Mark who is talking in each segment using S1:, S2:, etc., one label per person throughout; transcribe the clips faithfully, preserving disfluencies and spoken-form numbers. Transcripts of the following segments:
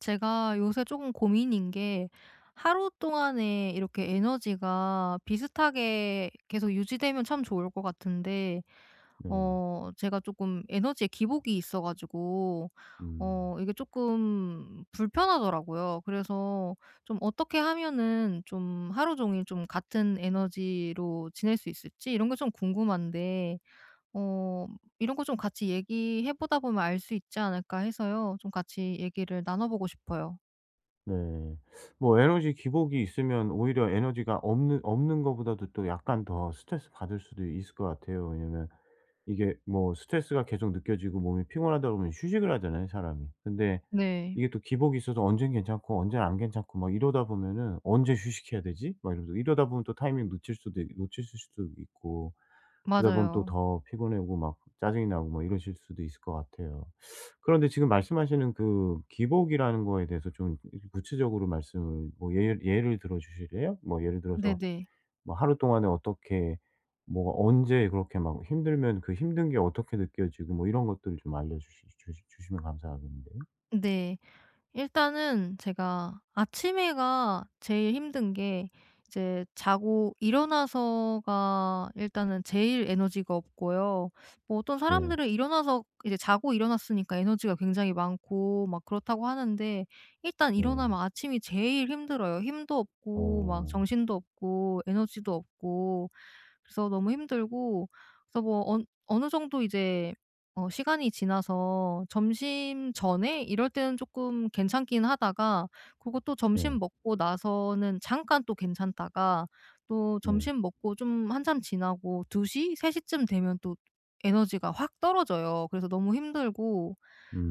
S1: 제가 요새 조금 고민인 게, 하루 동안에 이렇게 에너지가 비슷하게 계속 유지되면 참 좋을 것 같은데,
S2: 네.
S1: 어 제가 조금 에너지에 기복이 있어 가지고
S2: 음.
S1: 어 이게 조금 불편하더라고요. 그래서 좀 어떻게 하면은 좀 하루 종일 좀 같은 에너지로 지낼 수 있을지 이런 게 좀 궁금한데, 어 이런 거 좀 같이 얘기해 보다 보면 알 수 있지 않을까 해서요. 좀 같이 얘기를 나눠 보고 싶어요.
S2: 네. 뭐 에너지 기복이 있으면 오히려 에너지가 없는 없는 것보다도 또 약간 더 스트레스 받을 수도 있을 것 같아요. 왜냐면 이게 뭐 스트레스가 계속 느껴지고 몸이 피곤하다 그러면 휴식을 하잖아요, 사람이. 근데
S1: 네.
S2: 이게 또 기복이 있어서 언젠 괜찮고 언젠 안 괜찮고 막 이러다 보면은 '언제 휴식해야 되지?' 막 이러면서 이러다 보면 또 타이밍 놓칠 수도 있 놓칠 수도 있고, 그러다 보면 또
S1: 맞아요.
S2: 더 피곤해 오고 막 짜증이 나고 뭐 이러실 수도 있을 것 같아요. 그런데 지금 말씀하시는 그 기복이라는 거에 대해서 좀 구체적으로 말씀을, 뭐 예 예를 들어 주실래요? 뭐 예를 들어서
S1: 네네.
S2: 뭐 하루 동안에 어떻게, 뭐가 언제 그렇게 막 힘들면 그 힘든 게 어떻게 느껴지고 뭐 이런 것들을 좀 알려 주시 주시 주시면 감사하겠는데요.
S1: 네. 일단은 제가 아침에가 제일 힘든 게, 이제 자고 일어나서가 일단은 제일 에너지가 없고요. 뭐 어떤
S2: 네.
S1: 사람들은 일어나서 이제 자고 일어났으니까 에너지가 굉장히 많고 막 그렇다고 하는데, 일단
S2: 네.
S1: 일어나면 아침이 제일 힘들어요. 힘도 없고 막
S2: 어.
S1: 정신도 없고 에너지도 없고 그래서 너무 힘들고. 그래서 뭐 언 어느 정도 이제 어 시간이 지나서 점심 전에 이럴 때는 조금 괜찮긴 하다가, 그리고 또
S2: 네.
S1: 점심 먹고 나서는 잠깐 또 괜찮다가, 또
S2: 네.
S1: 점심 먹고 좀 한참 지나고 2 시, 세 시 시쯤 되면 또 에너지가 확 떨어져요. 그래서 너무 힘들고.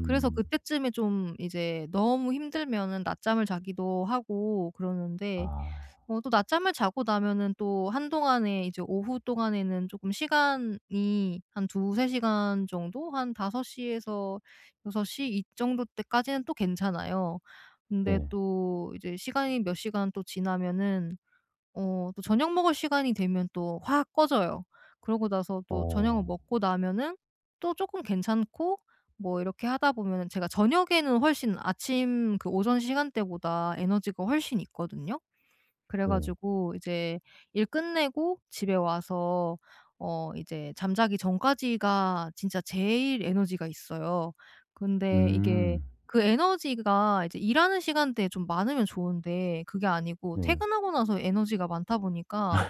S1: 그래서 그때쯤에 좀 이제 너무 힘들면은 낮잠을 자기도 하고 그러는데,
S2: 아.
S1: 어 또 낮잠을 자고 나면은 또 한동안에 이제 오후 동안에는 조금 시간이 한 두세 시간 정도, 한 다섯 시 에서 여섯 시 이 정도 때까지는 또 괜찮아요. 근데
S2: 네.
S1: 또 이제 시간이 몇 시간 또 지나면은 어 또 저녁 먹을 시간이 되면 또 확 꺼져요. 그러고 나서 또 저녁을
S2: 어.
S1: 먹고 나면은 또 조금 괜찮고. 뭐 이렇게 하다 보면은 제가 저녁에는 훨씬 아침 그 오전 시간대보다 에너지가 훨씬 있거든요. 그래
S2: 네.
S1: 가지고 이제 일 끝내고 집에 와서 어 이제 잠자기 전까지가 진짜 제일 에너지가 있어요. 근데 이게
S2: 음.
S1: 그 에너지가 이제 일하는 시간대에 좀 많으면 좋은데, 그게 아니고
S2: 네.
S1: 퇴근하고 나서 에너지가 많다 보니까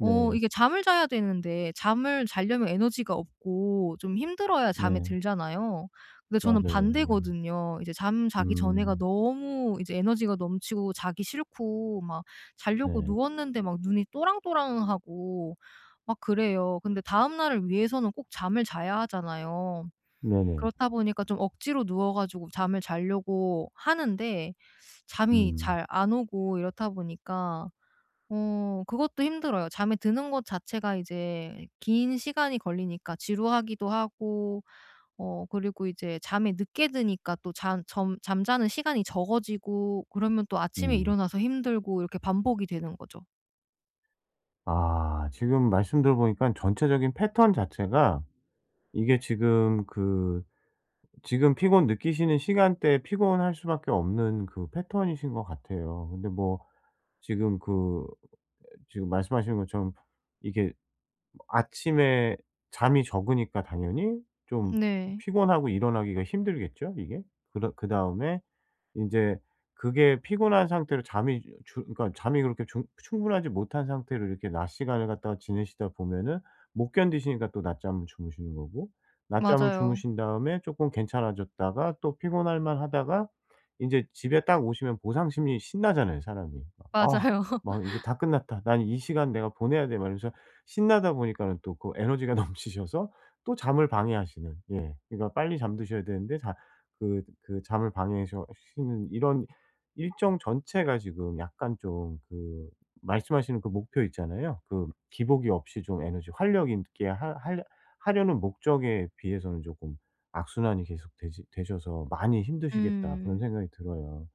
S1: 어 이게 잠을 자야 되는데, 잠을 자려면 에너지가 없고 좀 힘들어야 잠에
S2: 네.
S1: 들잖아요. 근데 저는
S2: 맞아요. 예.
S1: 반대거든요. 이제 잠 자기 전에가
S2: 음.
S1: 너무 이제 에너지가 넘치고 자기 싫고 막 자려고
S2: 네.
S1: 누웠는데 막 눈이 또랑또랑하고 막 그래요. 근데 다음 날을 위해서는 꼭 잠을 자야 하잖아요.
S2: 네네.
S1: 그렇다 보니까 좀 억지로 누워 가지고 잠을 자려고 하는데 잠이
S2: 음.
S1: 잘 안 오고, 이렇다 보니까 어 그것도 힘들어요. 잠에 드는 것 자체가 이제 긴 시간이 걸리니까 지루하기도 하고, 어 그리고 이제 잠에 늦게 드니까 또 잠 점 잠자는 시간이 적어지고, 그러면 또 아침에
S2: 음.
S1: 일어나서 힘들고, 이렇게 반복이 되는 거죠.
S2: 아, 지금 말씀 들어보니까 전체적인 패턴 자체가, 이게 지금 그, 지금 피곤 느끼시는 시간대에 피곤할 수밖에 없는 그 패턴이신 것 같아요. 근데 뭐 지금 그, 지금 말씀하시는 것처럼 이게, 뭐 아침에 잠이 적으니까 당연히 좀
S1: 네.
S2: 피곤하고 일어나기가 힘들겠죠 이게? 그다 그다음에 인제 그게 피곤한 상태로 잠이 주 그러니까 잠이 그렇게 중 충분하지 못한 상태로 이렇게 낮 시간을 갖다가 지내시다 보면은, 못 견디시니까 또 낮잠을 주무시는 거고, 낮잠을
S1: 맞아요.
S2: 주무신 다음에 쪼끔 괜찮아졌다가 또 피곤할 만하다가 인제 집에 딱 오시면 보상 심리, 신나잖아요 사람이. '아,
S1: 맞아요.
S2: 막 이제 다 끝났다. 난 이 시간 내가 보내야 돼.' 막 이러면서 신나다 보니까는 또 그 에너지가 넘치셔서 또 잠을 방해하시는, 예, 그러니까 빨리 잠드셔야 되는데 자 그 그 잠을 방해하 시는, 이런 일정 전체가 지금 약간 좀 그, 말씀하시는 그 목표 있잖아요. 그 기복이 없이 좀 에너지 활력 있게 하 하려 하려는 목적에 비해서는 쪼끔 악순환이 계속되 되셔서 많이 힘드시겠다, 그런
S1: 음.
S2: 생각이 들어요.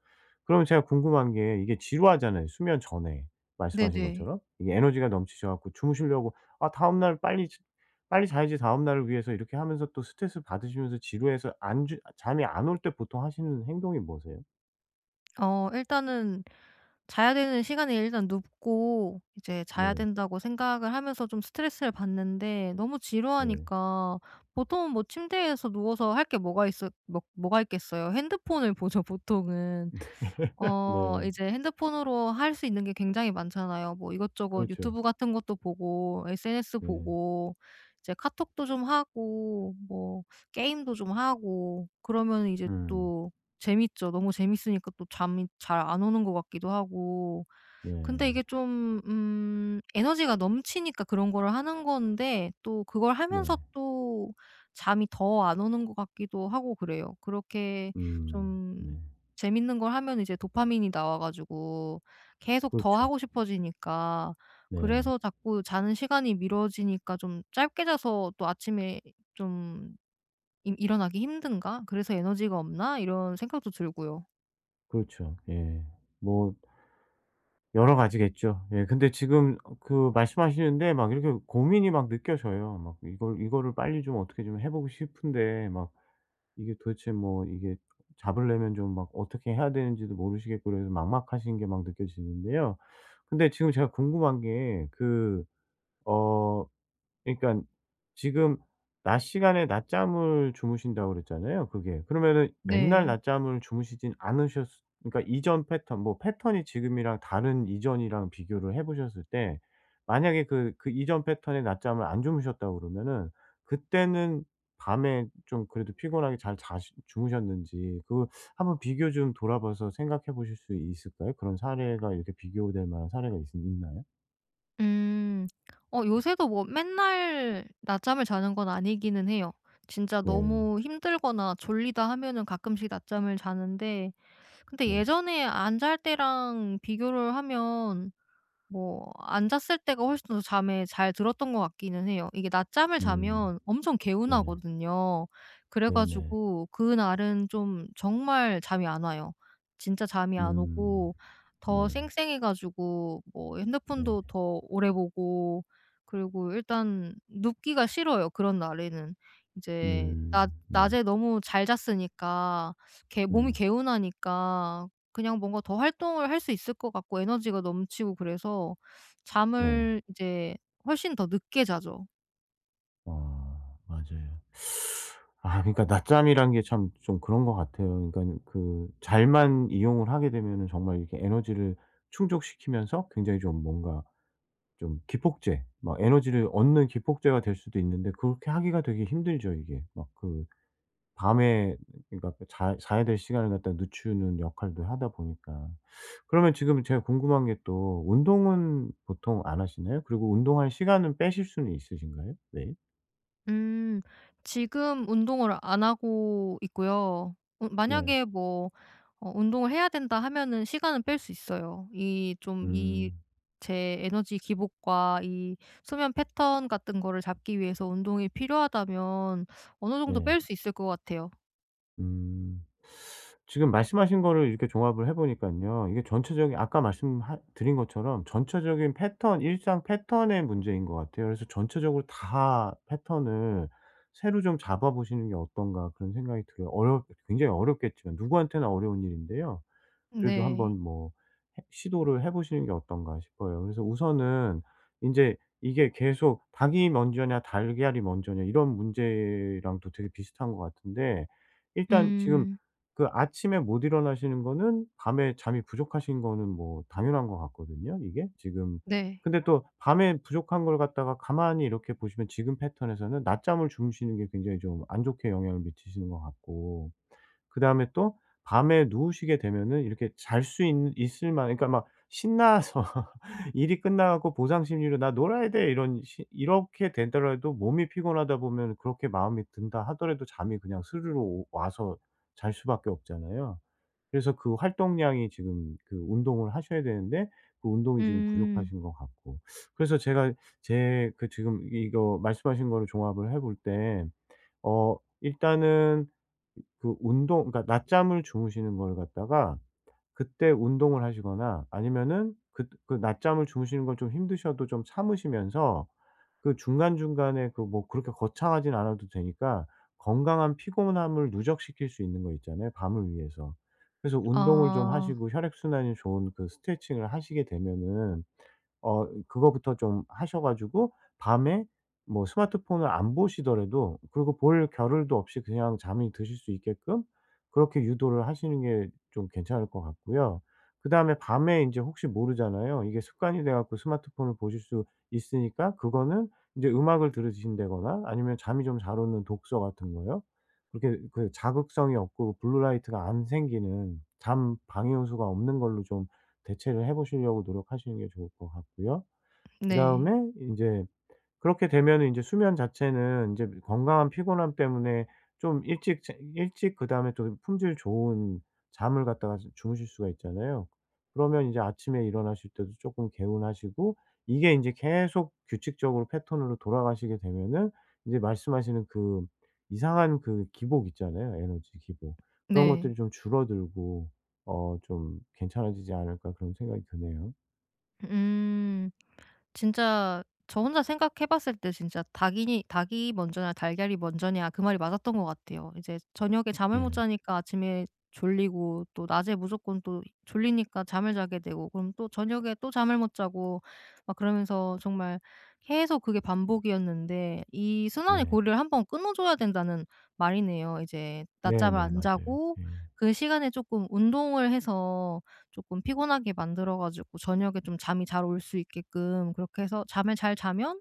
S2: 그럼 제가 궁금한 게, 이게 지루하잖아요, 수면 전에. 말씀하신
S1: 네네.
S2: 것처럼. 이게 에너지가 넘치셔 갖고 주무시려고 '아, 다음날 빨리 자 빨리 자야지, 다음날을 위해서.' 이렇게 하면서 또 스트레스 받으시면서, 지루해서 안주 잠이 안올 때 보통 하시는 행동이 뭐세요?
S1: 어 일단은 자야 되는 시간이, 일단 눕고 이제 자야
S2: 네.
S1: 된다고 생각을 하면서 좀 스트레스를 받는데, 너무
S2: 네.
S1: 지루하니까 보통은 뭐 침대에서 누워서 할 게 뭐가 있어, 뭐, 뭐가 있겠어요. 핸드폰을 보죠 보통은. 어
S2: 네.
S1: 이제 핸드폰으로 할 수 있는 게 굉장히 많잖아요. 뭐 이것저것
S2: 그렇죠.
S1: 유튜브 같은 것도 보고, 에스엔에스
S2: 네.
S1: 보고, 이제 카톡도 좀 하고 뭐 게임도 좀 하고 그러면 이제
S2: 음.
S1: 또 재밌죠. 너무 재밌으니까 또 잠이 잘 안 오는 것 같기도 하고. 근데
S2: 네.
S1: 이게 좀 음 에너지가 넘치니까 그런 거를 하는 건데, 또 그걸 하면서
S2: 네.
S1: 또 잠이 더 안 오는 것 같기도 하고 그래요. 그렇게
S2: 음.
S1: 좀
S2: 네.
S1: 재밌는 걸 하면 이제 도파민이 나와 가지고 계속 더
S2: 그렇죠.
S1: 하고 싶어지니까,
S2: 네.
S1: 그래서 자꾸 자는 시간이 미뤄지니까 좀 짧게 자서, 또 아침에 좀 일- '일어나기 힘든가? 그래서 에너지가 없나?' 이런 생각도 들고요.
S2: 그렇죠. 예. 뭐 여러 가지겠죠. 예. 근데 지금 그 말씀하시는데 막 이렇게 고민이 막 느껴져요. 막 이걸 이거를 빨리 좀 어떻게 좀 해 보고 싶은데 막, 이게 도대체 뭐, 이게 잡으려면 좀 막 어떻게 해야 되는지도 모르시겠고, 그래서 막막하신 게 막 느껴지는데요. 근데 지금 제가 궁금한 게그어 그러니까 지금 낮 시간에 낮잠을 주무신다고 그랬잖아요 그게. 그러면은 맨날
S1: 네.
S2: 낮잠을 주무시진 않으셨 그러니까 이전 패턴, 뭐 패턴이 지금이랑 다른 이전이랑 비교를 해 보셨을 때, 만약에 그 그 이전 패턴에 낮잠을 안 주무셨다고 그러면은, 그때는 밤에 좀 그래도 피곤하게 잘 자시 주무셨는지, 그 한번 비교 좀 돌아봐서 생각해 보실 수 있을까요? 그런 사례가, 이렇게 비교될 만한 사례가 있으 있나요?
S1: 음. 어 요새도 뭐 맨날 낮잠을 자는 건 아니기는 해요. 진짜
S2: 네.
S1: 너무 힘들거나 졸리다 하면은 가끔씩 낮잠을 자는데, 근데
S2: 네.
S1: 예전에 안 잘 때랑 비교를 하면 뭐 안 잤을 때가 훨씬 더 잠에 잘 들었던 것 같기는 해요. 이게 낮잠을
S2: 음.
S1: 자면 엄청
S2: 네.
S1: 개운하거든요. 그래
S2: 네네.
S1: 가지고 그날은 좀 정말 잠이 안 와요. 진짜 잠이 안
S2: 음.
S1: 오고
S2: 네.
S1: 더 쌩쌩해 가지고 뭐
S2: 네.
S1: 핸드폰도 더 오래 보고, 그리고 일단 눕기가 싫어요 그런 날에는. 이제 낮
S2: 음. 네.
S1: 낮에 너무 잘 잤으니까, 개 몸이
S2: 네.
S1: 개운하니까 그냥 뭔가 더 활동을 할 수 있을 것 같고 에너지가 넘치고, 그래서
S2: 네.
S1: 잠을 이제 훨씬 더 늦게 자죠.
S2: 아, 맞아요. 아, 그러니까 낮잠이란 게 참 좀 그런 것 같아요. 그러니깐 그 잘만 이용을 하게 되면은 정말 이렇게 에너지를 충족시키면서 굉장히 좀 뭔가 좀, 기폭제, 막 에너지를 얻는 기폭제가 될 수도 있는데, 그렇게 하기가 되게 힘들죠 이게. 막그, 밤에, 그러니까 그 자 자야 될 시간을 갖다 늦추는 역할도 하다 보니까. 그러면 지금 제가 궁금한 게, 또 운동은 보통 안 하시나요? 그리고 운동할 시간은 빼실 수는 있으신가요? 네.
S1: 음. 지금 운동을 안 하고 있고요. 어
S2: 네.
S1: 만약에 뭐 어 운동을 해야 된다 하면은 시간은 뺄 수 있어요. 이 좀 이
S2: 음.
S1: 제 에너지 기복과 이 수면 패턴 같은 거를 잡기 위해서 운동이 필요하다면 어느 정도
S2: 네.
S1: 뺄 수 있을 것 같아요.
S2: 음. 지금 말씀하신 거를 이렇게 종합을 해보니까요, 이게 전체적인, 아까 말씀 드린 것처럼 전체적인 패턴, 일상 패턴의 문제인 것 같아요. 그래서 전체적으로 다 패턴을 새로 좀 잡아 보시는 게 어떤가, 그런 생각이 들어요. 어렵 굉장히 어렵겠지만 누구한테나 어려운 일인데요. 그래도
S1: 네.
S2: 한번 뭐 해 시도를 해 보시는 게 어떤가 싶어요. 그래서 우선은 이제 이게 계속, 닭이 먼저냐 달걀이 먼저냐, 이런 문제랑도 되게 비슷한 것 같은데, 일단 지금
S1: 음.
S2: 그 아침에 못 일어나시는 거는, 밤에 잠이 부족하신 거는 뭐 당연한 것 같거든요 이게 지금.
S1: 네.
S2: 근데 또 밤에 부족한 걸 갖다가 가만히 이렇게 보시면, 지금 패턴에서는 낮잠을 주무시는 게 굉장히 좀 안 좋게 영향을 미치시는 것 같고, 그다음에 또 밤에 누우시게 되면은 이렇게 잘 수 있을 만한, 그러니까 막 신나서 일이 끝나 고 보상 심리로 '나 놀아야 돼.' 이런 시 이렇게 되더라도, 몸이 피곤하다 보면 그렇게 마음이 든다 하더라도 잠이 그냥 스르르 오 와서 잘 수밖에 없잖아요. 그래서 그 활동량이 지금, 그 운동을 하셔야 되는데 그 운동이 지금
S1: 음.
S2: 부족하신 것 같고. 그래서 제가 제 그 지금 이거 말씀하신 거를 종합을 해볼때, 어 일단은 그 운동, 그러니까 낮잠을 주무시는 걸 갖다가 그때 운동을 하시거나, 아니면은 그 그 낮잠을 주무시는 걸 좀 힘드셔도 좀 참으시면서, 그 중간중간에 그 뭐 그렇게 거창하진 않아도 되니까 건강한 피곤함을 누적시킬 수 있는 거 있잖아요, 밤을 위해서. 그래서 운동을 좀
S1: 아.
S2: 하시고 혈액순환이 좋은 그 스트레칭을 하시게 되면은, 어 그거부터 좀 하셔 가지고 밤에 뭐 스마트폰을 안 보시더라도, 그리고 볼 겨를도 없이 그냥 잠이 드실 수 있게끔 그렇게 유도를 하시는 게 좀 괜찮을 것 같고요. 그다음에 밤에 이제 혹시 모르잖아요. 이게 습관이 돼 갖고 스마트폰을 보실 수 있으니까, 그거는 이제 음악을 들으신다거나 아니면 잠이 좀 잘 오는 독서 같은 거요. 그렇게 그 자극성이 없고 블루라이트가 안 생기는, 잠 방해 요소가 없는 걸로 좀 대체를 해 보시려고 노력하시는 게 좋을 것 같고요.
S1: 네.
S2: 그다음에 인제 그렇게 되면은 인제 수면 자체는 인제 건강한 피곤함 때문에 좀 일찍 자 일찍, 그다음에 또 품질 좋은 잠을 갖다가 주 주무실 수가 있잖아요. 그러면 인제 아침에 일어나실 때도 쪼끔 개운하시고, 이게 인제 계속 규칙적으로 패턴으로 돌아가시게 되면은 인제 말씀하시는 그 이상한 그 기복 있잖아요, 에너지 기복. 그런
S1: 네.
S2: 것들이 좀 줄어들고, 어 좀 '괜찮아지지 않을까.' 그런 생각이 드네요.
S1: 음. 진짜 저 혼자 생각해 봤을 때 진짜 "닭이니 닭이 먼저냐 달걀이 먼저냐." 그 말이 맞았던 것 같아요. 이제 저녁에 잠을 못
S2: 네.
S1: 자니까 아침에 졸리고, 또 낮에 무조건 또 졸리니까 잠을 자게 되고, 그럼 또 저녁에 또 잠을 못 자고 막 그러면서 정말 계속 그게 반복이었는데, 이 순환의
S2: 네.
S1: 고리를 한번 끊어 줘야 된다는 말이네요. 이제 낮잠을
S2: 네네.
S1: 안
S2: 맞아요.
S1: 자고
S2: 예.
S1: 그 시간에 쪼끔 운동을 해서 조금 피곤하게 만들어 가지고 저녁에 좀 잠이 잘 올 수 있게끔, 그렇게 해서 잠을 잘 자면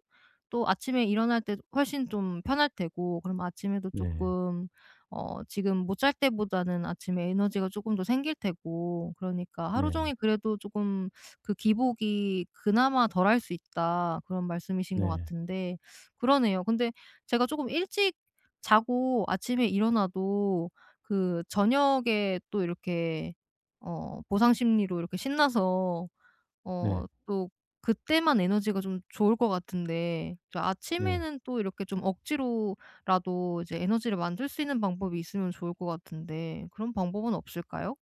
S1: 또 아침에 일어날 때 훨씬 좀 편할 테고, 그럼 아침에도
S2: 네.
S1: 조금 어 지금 못 잘 때보다는 아침에 에너지가 조금 더 생길 테고, 그러니까 하루
S2: 네.
S1: 종일 그래도 조금 그 기복이 그나마 덜할 수 있다, 그런 말씀이신 것
S2: 네.
S1: 같은데, 그러네요. 근데 제가 조금 일찍 자고 아침에 일어나도 그 저녁에 또 이렇게 어 보상 심리로 이렇게 신나서
S2: 네.
S1: 어 또 그때만 에너지가 좀 좋을 것 같은데, 저
S2: 네.
S1: 아침에는 또 이렇게 좀 억지로라도 이제 에너지를 만들 수 있는 방법이 있으면 좋을 것 같은데, 그런 방법은 없을까요?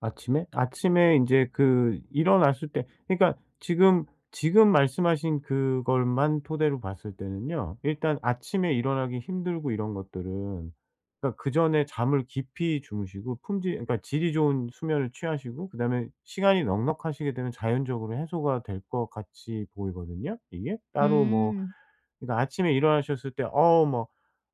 S2: 아침에? 아침에 인제 그 일어났을 때 그러니까 지금, 지금 말씀하신 그것만 토대로 봤을 때는요. 일단 아침에 일어나기 힘들고 이런 것들은, 그러니까 그전에 잠을 깊이 주무시고 품질, 그러니까 질이 좋은 수면을 취하시고, 그다음에 시간이 넉넉하시게 되면 자연적으로 해소가 될 것 같이 보이거든요 이게. 따로 뭐,
S1: 음.
S2: 그러니까 아침에 일어나셨을 때 어 뭐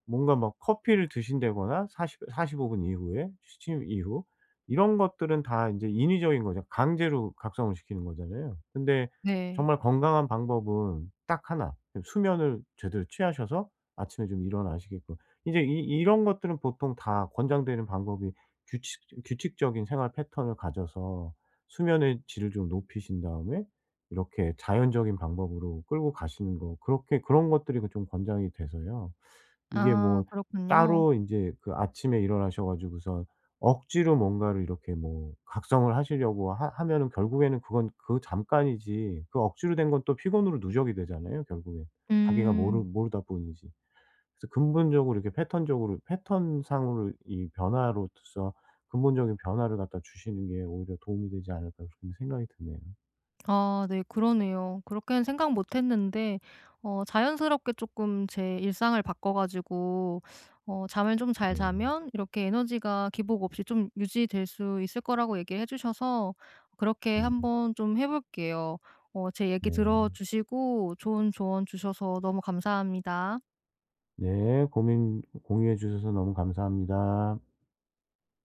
S2: 뭔가 막 커피를 드신다거나 사 사십오 분 이후에, 취침 이후, 이런 것들은 다 인제 인위적인 거죠. 강제로 각성을 시키는 거잖아요. 근데
S1: 네.
S2: 정말 건강한 방법은 딱 하나, 수면을 제대로 취하셔서 아침에 좀 일어나시게끔, 이제 이 이런 것들은 보통 다 권장되는 방법이 규칙 규칙적인 생활 패턴을 가져서 수면의 질을 좀 높이신 다음에 이렇게 자연적인 방법으로 끌고 가시는 거, 그렇게, 그런 것들이 그 좀 권장이 돼서요. 이게
S1: 아
S2: 뭐
S1: 그렇군요.
S2: 따로 인제 그 아침에 일어나셔 가지고서 억지로 뭔가를 이렇게 뭐 각성을 하시려고 하 하면은 결국에는 그건 그 잠깐이지, 그 억지로 된 건 또 피곤으로 누적이 되잖아요 결국엔. 자기가 모르
S1: 음.
S2: 모르다 보니지. 그래서 근본적으로 이렇게 패턴적으로, 패턴상으로 이 변화로서 근본적인 변화를 갖다 주시는 게 오히려 도움이 되지 않을까, 그런 생각이 드네요.
S1: 아 네 그러네요. 그렇게는 생각 못 했는데 어 자연스럽게 조금 제 일상을 바꿔 가지고 어 잠을 좀 잘
S2: 네.
S1: 자면 이렇게 에너지가 기복 없이 좀 유지될 수 있을 거라고 얘기해 주셔서, 그렇게
S2: 네.
S1: 한번 좀 해 볼게요. 어 제 얘기
S2: 네.
S1: 들어 주시고 좋은 조언 주셔서 너무 감사합니다.
S2: 네. 고민 공유해 주셔서 너무 감사합니다.